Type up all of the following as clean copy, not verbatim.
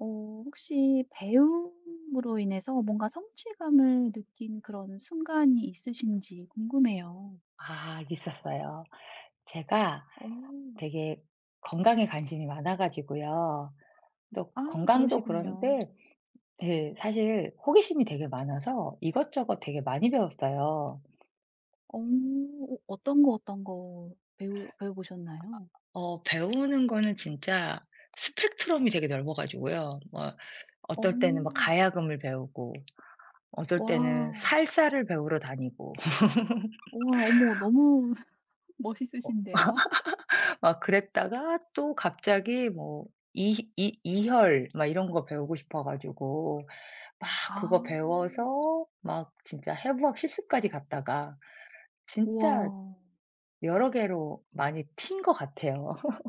어 혹시 배움으로 인해서 뭔가 성취감을 느낀 그런 순간이 있으신지 궁금해요. 아 있었어요. 제가 어. 되게 건강에 관심이 많아 가지고요. 또 아 건강도 그러시군요. 그런데 예 사실 호기심이 되게 많아서 이것저것 되게 많이 배웠어요. 어. 어 어떤 거, 어떤 거 배우 배워 보셨나요? 어 배우는 거는 진짜 스펙트럼이 되게 넓어 가지고요. 뭐 어. 어떨 때는 막 가야금을 배우고 어떨 와. 때는 살사를 배우러 다니고 우와 어머 너무 멋있으신데요. 막 그랬다가 또 갑자기 뭐 이 이 이혈 막 이런 거 배우고 싶어 가지고 막 아. 그거 배워서 막 진짜 해부학 실습까지 갔다가 진짜 우와. 여러 개로 많이 튄 것 같아요.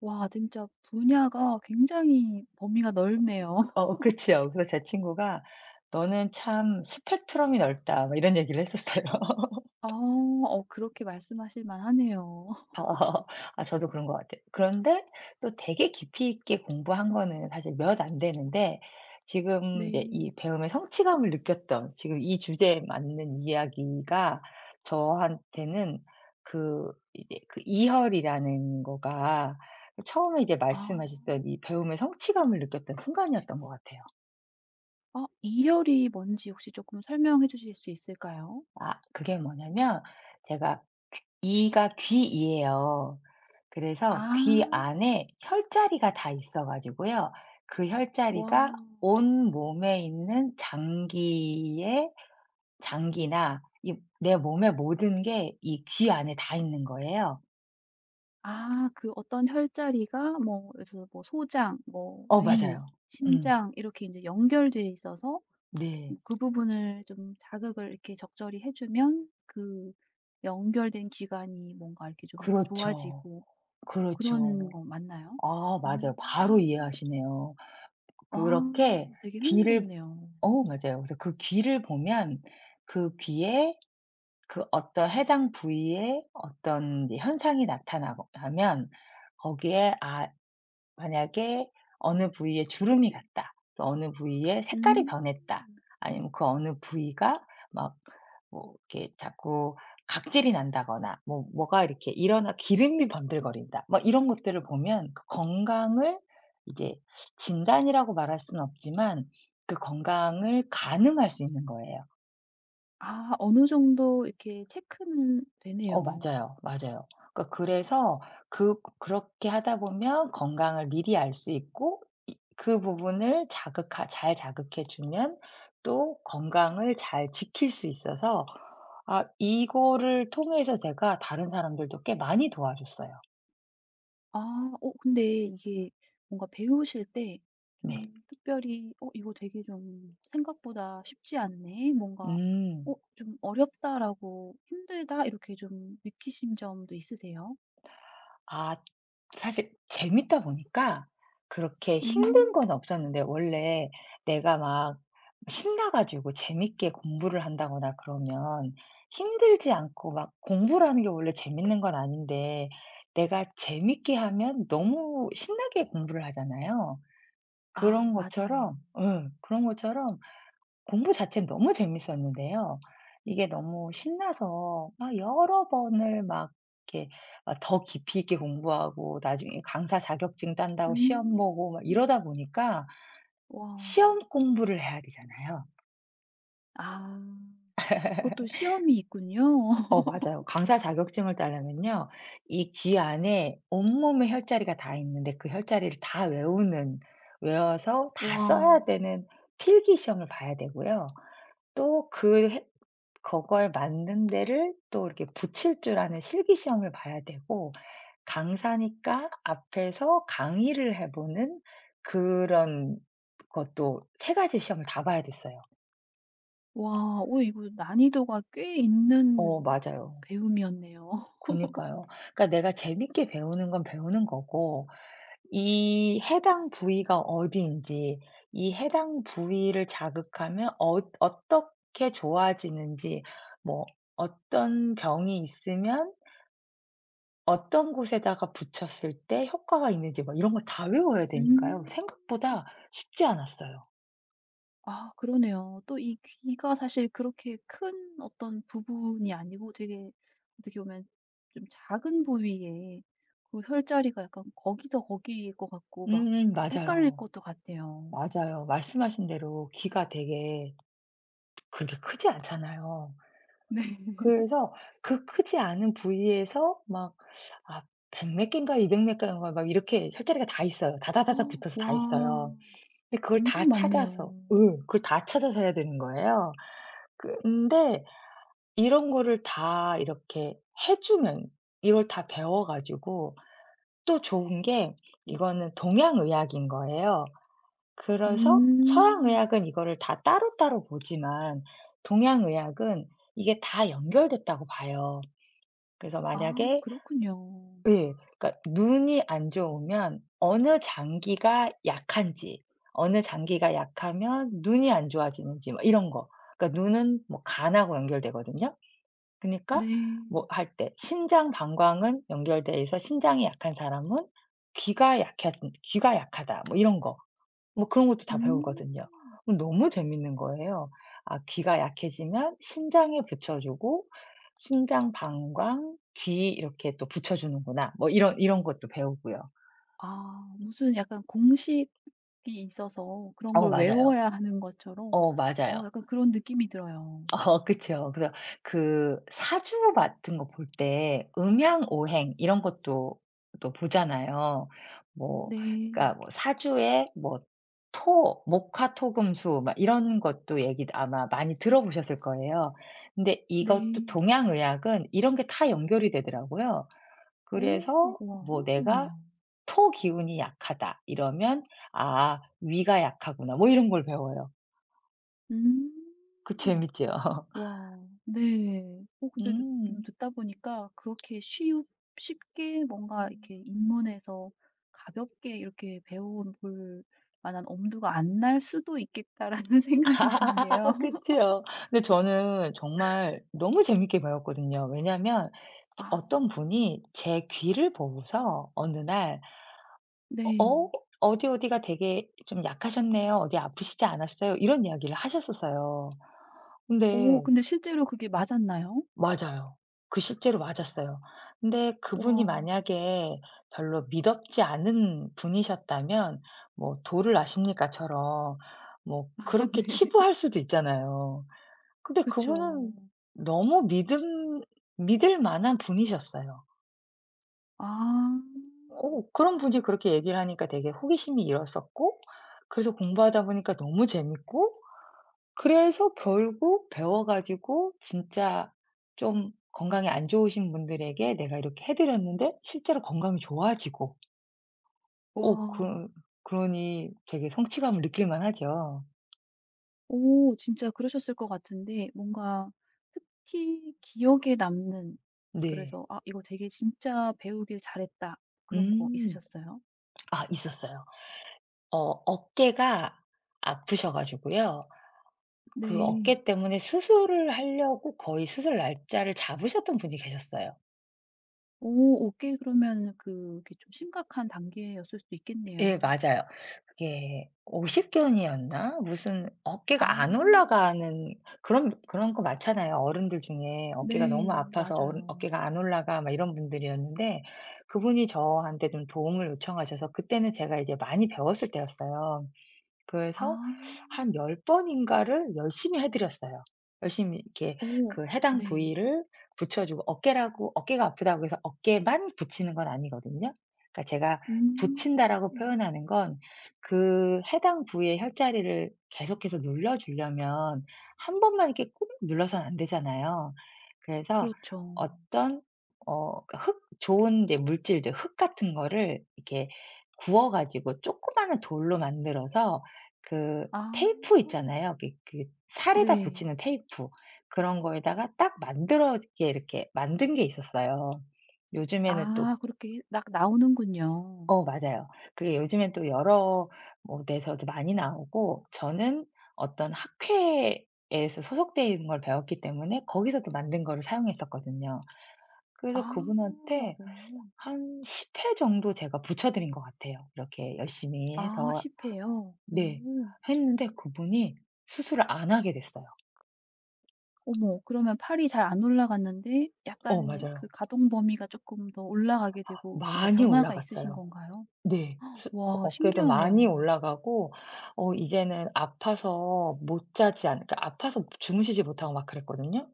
와 진짜 분야가 굉장히 범위가 넓네요. 어 그치요. 그래서 제 친구가 "너는 참 스펙트럼이 넓다." 막 이런 얘기를 했었어요. 아 어 그렇게 말씀하실 만하네요. 어. 아 저도 그런 것 같아요. 그런데 또 되게 깊이 있게 공부한 거는 사실 몇 안 되는데 지금 네. 이제 이 배움의 성취감을 느꼈던 지금 이 주제에 맞는 이야기가 저한테는 그 이혈이라는 거가 처음에 이제 아. 말씀하셨던 이 배움의 성취감을 느꼈던 순간이었던 것 같아요. 어 이열이 뭔지 혹시 조금 설명해 주실 수 있을까요? 아 그게 뭐냐면 제가 귀 이가 귀이에요. 아. 그래서 귀 안에 혈자리가 다 있어 가지고요. 그 와. 혈자리가 온 몸에 있는 장기의 장기나 이 내 몸의 모든 게 이 귀 안에 다 있는 거예요. 아 그 어떤 혈자리가 뭐 그래서 뭐 소장, 뭐 어 위, 맞아요. 음. 심장 이렇게 이제 연결되어 있어서 네. 뭐 그 부분을 좀 자극을 이렇게 적절히 해 주면 그 연결된 기관이 뭔가 이렇게 좀 그렇죠. 좋아지고 뭐 그런 그렇죠. 거 맞나요? 아 어. 맞아요. 바로 이해하시네요. 와 그렇게 되게 귀를 흥미롭네요. 어 맞아요. 그래서 그 귀를 보면 그 귀에 그 어떤 해당 부위에 어떤 이제 현상이 나타나고 나면 거기에 아 만약에 어느 부위에 주름이 갔다. 또 어느 부위에 색깔이 음. 변했다. 아니면 그 어느 부위가 막 뭐 이렇게 자꾸 각질이 난다거나 뭐가 이렇게 일어나 기름이 번들거린다. 막 이런 것들을 보면 그 건강을 이제 진단이라고 말할 수는 없지만 그 건강을 가늠할 수 있는 거예요. 아 어느 정도 이렇게 체크는 어 되네요. 맞아요, 맞아요. 그러니까 그래서 그렇게 하다 보면 건강을 미리 알 수 있고 이 그 부분을 자극하 잘 자극해 주면 또 건강을 잘 지킬 수 있어서 아 이거를 통해서 제가 다른 사람들도 꽤 많이 도와줬어요. 아 어 근데 이게 뭔가 배우실 때 네. 좀 특별히 '어 이거 되게 좀 생각보다 쉽지 않네.' 뭔가 음. '어 좀 어렵다.'라고 '힘들다.' 이렇게 좀 느끼신 점도 있으세요? 아 사실 재밌다 보니까 그렇게 힘든 음. 건 없었는데 원래 내가 막 신나 가지고 재밌게 공부를 한다거나 그러면 힘들지 않고 막 공부라는 게 원래 재밌는 건 아닌데 내가 재밌게 하면 너무 신나게 공부를 하잖아요. 아 그런 맞아요. 것처럼 응 그런 것처럼 공부 자체는 너무 재밌었는데요. 이게 너무 신나서 막 여러 번을 막 이렇게 막 더 깊이 있게 공부하고 나중에 강사 자격증 딴다고 시험 보고 막 음. 이러다 보니까 와. 시험 공부를 해야 되잖아요. 아. 그것도 시험이 있군요. 어 맞아요. 강사 자격증을 따려면요. 이 귀 안에 온몸에 혈자리가 다 있는데 그 혈자리를 다 외우는 외워서 다 써야 와. 되는 필기 시험을 봐야 되고요. 또그 그걸 만든 데를 또 이렇게 붙일 줄 아는 실기 시험을 봐야 되고 강사니까 앞에서 강의를 해 보는 그런 것도 세 가지 시험을 다 봐야 됐어요. 와. 오 이거 난이도가 꽤 어 있는 맞아요. 배움이었네요. 그니까요. 그러니까 내가 재밌게 배우는 건 배우는 거고 이 해당 부위가 어디인지 이 해당 부위를 자극하면 어 어떻게 좋아지는지 뭐 어떤 병이 있으면 어떤 곳에다가 붙였을 때 효과가 있는지 막 이런 걸 다 외워야 음. 되니까요. 생각보다 쉽지 않았어요. 아 그러네요. 또 이 귀가 사실 그렇게 큰 어떤 부분이 아니고 되게 어떻게 보면 좀 작은 부위에 그 혈자리가 약간 거기서 거기일 것 같고 막 음음 헷갈릴 맞아요. 것도 같아요. 맞아요. 말씀하신 대로 귀가 되게 그렇게 크지 않잖아요. 네. 그래서 그 크지 않은 부위에서 막 아 100 몇 개인가 200 몇 개인가 막 이렇게 혈자리가 다 있어요. 다다다닥 붙어서 다 있어요. 와. 근데 그걸 다 엄청 찾아서 많네요. 예. 그걸 다 찾아서 해야 되는 거예요. 근데 이런 거를 다 이렇게 해 주는 이걸 다 배워 가지고 또 좋은 게 이거는 동양의학인 거예요. 그래서 음. 서양의학은 이거를 다 따로따로 보지만 동양의학은 이게 다 연결됐다고 봐요. 그래서 아 만약에 그렇군요. 예 그러니까 눈이 안 좋으면 어느 장기가 약한지, 어느 장기가 약하면 눈이 안 좋아지는지 뭐 이런 거. 그러니까 눈은 뭐 간하고 연결되거든요. 그니까 네. 뭐 할 때 신장 방광은 연결돼 있어 신장이 약한 사람은 "귀가 약해 귀가 약하다." 뭐 이런 거. 뭐 그런 것도 다 음. 배우거든요. 어 너무 재밌는 거예요. 아 귀가 약해지면 신장에 붙여 주고 신장, 방광, 귀 이렇게 또 붙여 주는구나. 뭐 이런 것도 배우고요. 아 무슨 약간 공식이 있어서 그런 어 걸 맞아요. 외워야 하는 것처럼 어 어 맞아요. 약간 그런 느낌이 들어요. 어 그쵸. 그래서 그 사주 같은 거 볼 때 음양오행 이런 것도 또 보잖아요. 뭐 네. 그러니까 뭐 사주에 뭐 토, 목화토금수 막 이런 것도 얘기 아마 많이 들어보셨을 거예요. 근데 이것도 네. 동양의학은 이런 게 다 연결이 되더라고요. 오 그래서 와 뭐 내가 흥미롭네요. 토 기운이 약하다 이러면 '아 위가 약하구나.' 뭐 이런 걸 배워요. 음. 그 재밌죠. 와 네. 어 근데도 좀 음. 듣다 보니까 그렇게 쉬우 쉽게 뭔가 이렇게 입문해서 가볍게 이렇게 배워 볼 만한 엄두가 안 날 수도 있겠다라는 생각이 아 드는데요. 그치요. 근데 저는 정말 너무 재밌게 배웠거든요. 왜냐하면 아 어떤 분이 제 귀를 보고서 어느 날 "어 네. 어? 어디 어디가 되게 좀 약하셨네요. 어디 아프시지 않았어요?" 이런 이야기를 하셨었어요. 근데 오 근데 실제로 그게 맞았나요? 맞아요. 그 실제로 맞았어요. 근데 그분이 와. 만약에 별로 미덥지 않은 분이셨다면 뭐 "도를 아십니까?"처럼 뭐 그렇게 네. 치부할 수도 있잖아요. 근데 그쵸. 그분은 너무 믿음 믿을 만한 분이셨어요. 아. 어 그런 분이 그렇게 얘기를 하니까 되게 호기심이 일었었고 그래서 공부하다 보니까 너무 재밌고 그래서 결국 배워 가지고 진짜 좀 건강이 안 좋으신 분들에게 내가 이렇게 해 드렸는데 실제로 건강이 좋아지고 어 와. 그러니 되게 성취감을 느낄 만하죠. 오 진짜 그러셨을 것 같은데 뭔가 특히 기억에 남는 네. 그래서 '아 이거 되게 진짜 배우길 잘했다.' 그런 거 음. 있으셨어요? 아 있었어요. 어 어깨가 아프셔 가지고요. 그 네. 어깨 때문에 수술을 하려고 거의 수술 날짜를 잡으셨던 분이 계셨어요. 오 오케이. 그러면 그게 좀 심각한 단계였을 수도 예 있겠네요. 맞아요. 그게 오십 견이었나? 무슨 어깨가 아 안 올라가는 그런 거 많잖아요. 어른들 중에 어깨가 너무 네. 아파서 어른 맞아요. 어깨가 안 올라가 막 이런 분들이었는데 그분이 저한테 좀 도움을 요청하셔서 그때는 제가 이제 많이 배웠을 때였어요. 그래서 아. 한 10 번인가를 열심히 해 드렸어요. 열심히 이렇게 오, 그 해당 네. 부위를 붙여 주고 어깨라고 어깨가 아프다고 해서 어깨만 붙이는 건 아니거든요. 그러니까 제가 "붙인다."라고 음. 표현하는 건 그 해당 부위의 혈자리를 계속해서 눌러 주려면 한 번만 이렇게 꾹 눌러서는 안 되잖아요. 그래서 그렇죠. 어떤 어 그러니까 흙 좋은 이제 물질들 흙 같은 거를 이렇게 구워 가지고 조그마한 돌로 만들어서 그 아 테이프 있잖아요. 그 살에다 네. 붙이는 테이프. 그런 거에다가 딱 만들어 게 이렇게 만든 게 있었어요. 요즘에는 또 아 그렇게 딱 나오는군요. 어 맞아요. 그게 요즘엔 또 여러 뭐 데서도 많이 나오고 저는 어떤 학회에서 소속돼 있는 걸 배웠기 때문에 거기서 도 만든 거를 사용했었거든요. 아 그래서 오. 그분한테 한 10회 정도 제가 붙여드린 것 같아요. 이렇게 열심히 아 해서 씹혀요? 네 오. 했는데 그분이 수술을 안 하게 됐어요. 어머 그러면 팔이 잘 안 올라갔는데 어 약간 그 맞아요. 가동 범위가 조금 더 올라가게 되고 뭔가 많이 변화가 있으신 올라갔어요. 건가요? 네. 수 그 와 어깨도 많이 신기하네요. 올라가고 어 이제는 아파서 못 자지 않 그러니까 아파서 주무시지 못하고 막 그랬거든요.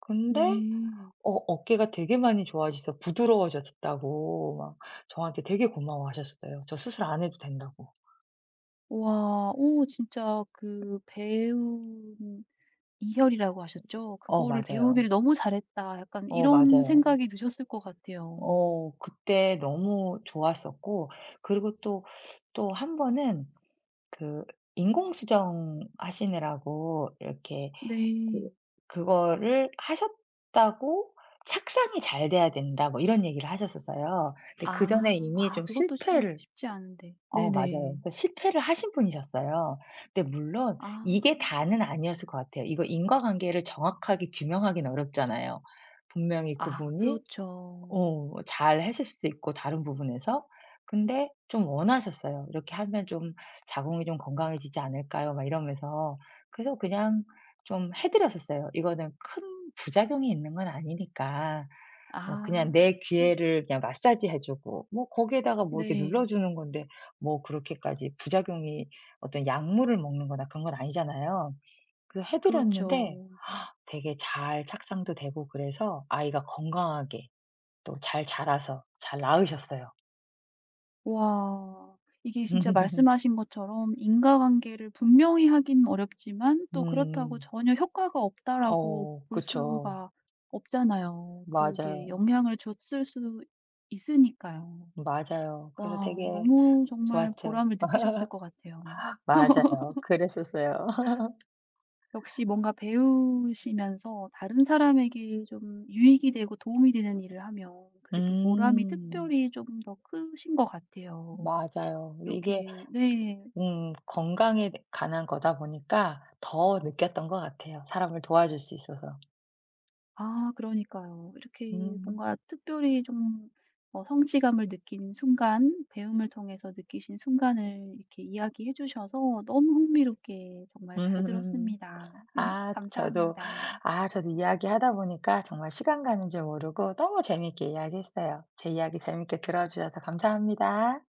근데 네. 어 어깨가 되게 많이 좋아져서 부드러워졌다고 막 저한테 되게 고마워하셨어요. 저 수술 안 해도 된다고. 와 오 진짜 그 배운 이혈이라고 하셨죠? 어 '그거를 맞아요. 배우기를 너무 잘했다.' 약간 어 이런 맞아요. 생각이 드셨을 것 같아요. 어 그때 너무 좋았었고 그리고 또 또 한 번은 그 인공수정 하시느라고 이렇게 그 네. 그거를 하셨다고 "착상이 잘 돼야 된다." 뭐 이런 얘기를 하셨었어요. 근데 아. 그전에 이미 아 좀 그것도 참 실패를 쉽지 않은데. 어 맞아요. 네네. 그 실패를 하신 분이셨어요. 근데 물론 아. 이게 다는 아니었을 것 같아요. 이거 인과관계를 정확하게 규명하기는 어렵잖아요. 분명히 아 그분이 그렇죠. 어 잘했을 수도 있고 다른 부분에서. 근데 좀 원하셨어요. '이렇게 하면 좀 자궁이 좀 건강해지지 않을까요?' 막 이러면서. 그래서 그냥 좀 해 드렸었어요. 이거는 큰 부작용이 있는 건 아니니까 뭐 그냥 아. 내 귀에를 그냥 마사지해 주고 뭐 거기에다가 뭐 이렇게 눌러 네. 주는 건데 뭐 그렇게까지 부작용이 어떤 약물을 먹는 거나 그런 건 아니잖아요. 그래서 해 드렸는데 그렇죠. 되게 잘 착상도 되고 그래서 아이가 건강하게 또 잘 자라서 잘 낳으셨어요. 와. 이게 진짜 말씀하신 것처럼 인과관계를 분명히 하긴 어렵지만 또 그렇다고 음. '전혀 효과가 없다.'라고 어 볼 그쵸. 수가 없잖아요. 그게 맞아요. 영향을 줬을 수 있으니까요. 맞아요. 그래서 되게 와 너무 정말 좋았죠. 보람을 느끼셨을 것 같아요. 맞아요. 그랬었어요. 역시 뭔가 배우시면서 다른 사람에게 좀 유익이 되고 도움이 되는 일을 하면 그게 또 보람이 음. 특별히 좀 더 크신 것 같아요. 맞아요. 이게 이렇게 네. 건강에 관한 거다 보니까 더 느꼈던 것 같아요, 사람을 도와줄 수 있어서. 아 그러니까요. 이렇게 음. 뭔가 특별히 좀 어 성취감을 느낀 순간, 배움을 통해서 느끼신 순간을 이렇게 이야기해 주셔서 너무 흥미롭게 정말 잘 음. 들었습니다. 아 저도 감사합니다. 아 저도 이야기하다 보니까 정말 시간 가는 줄 모르고 너무 재미있게 이야기했어요. 제 이야기 재미있게 들어 주셔서 감사합니다.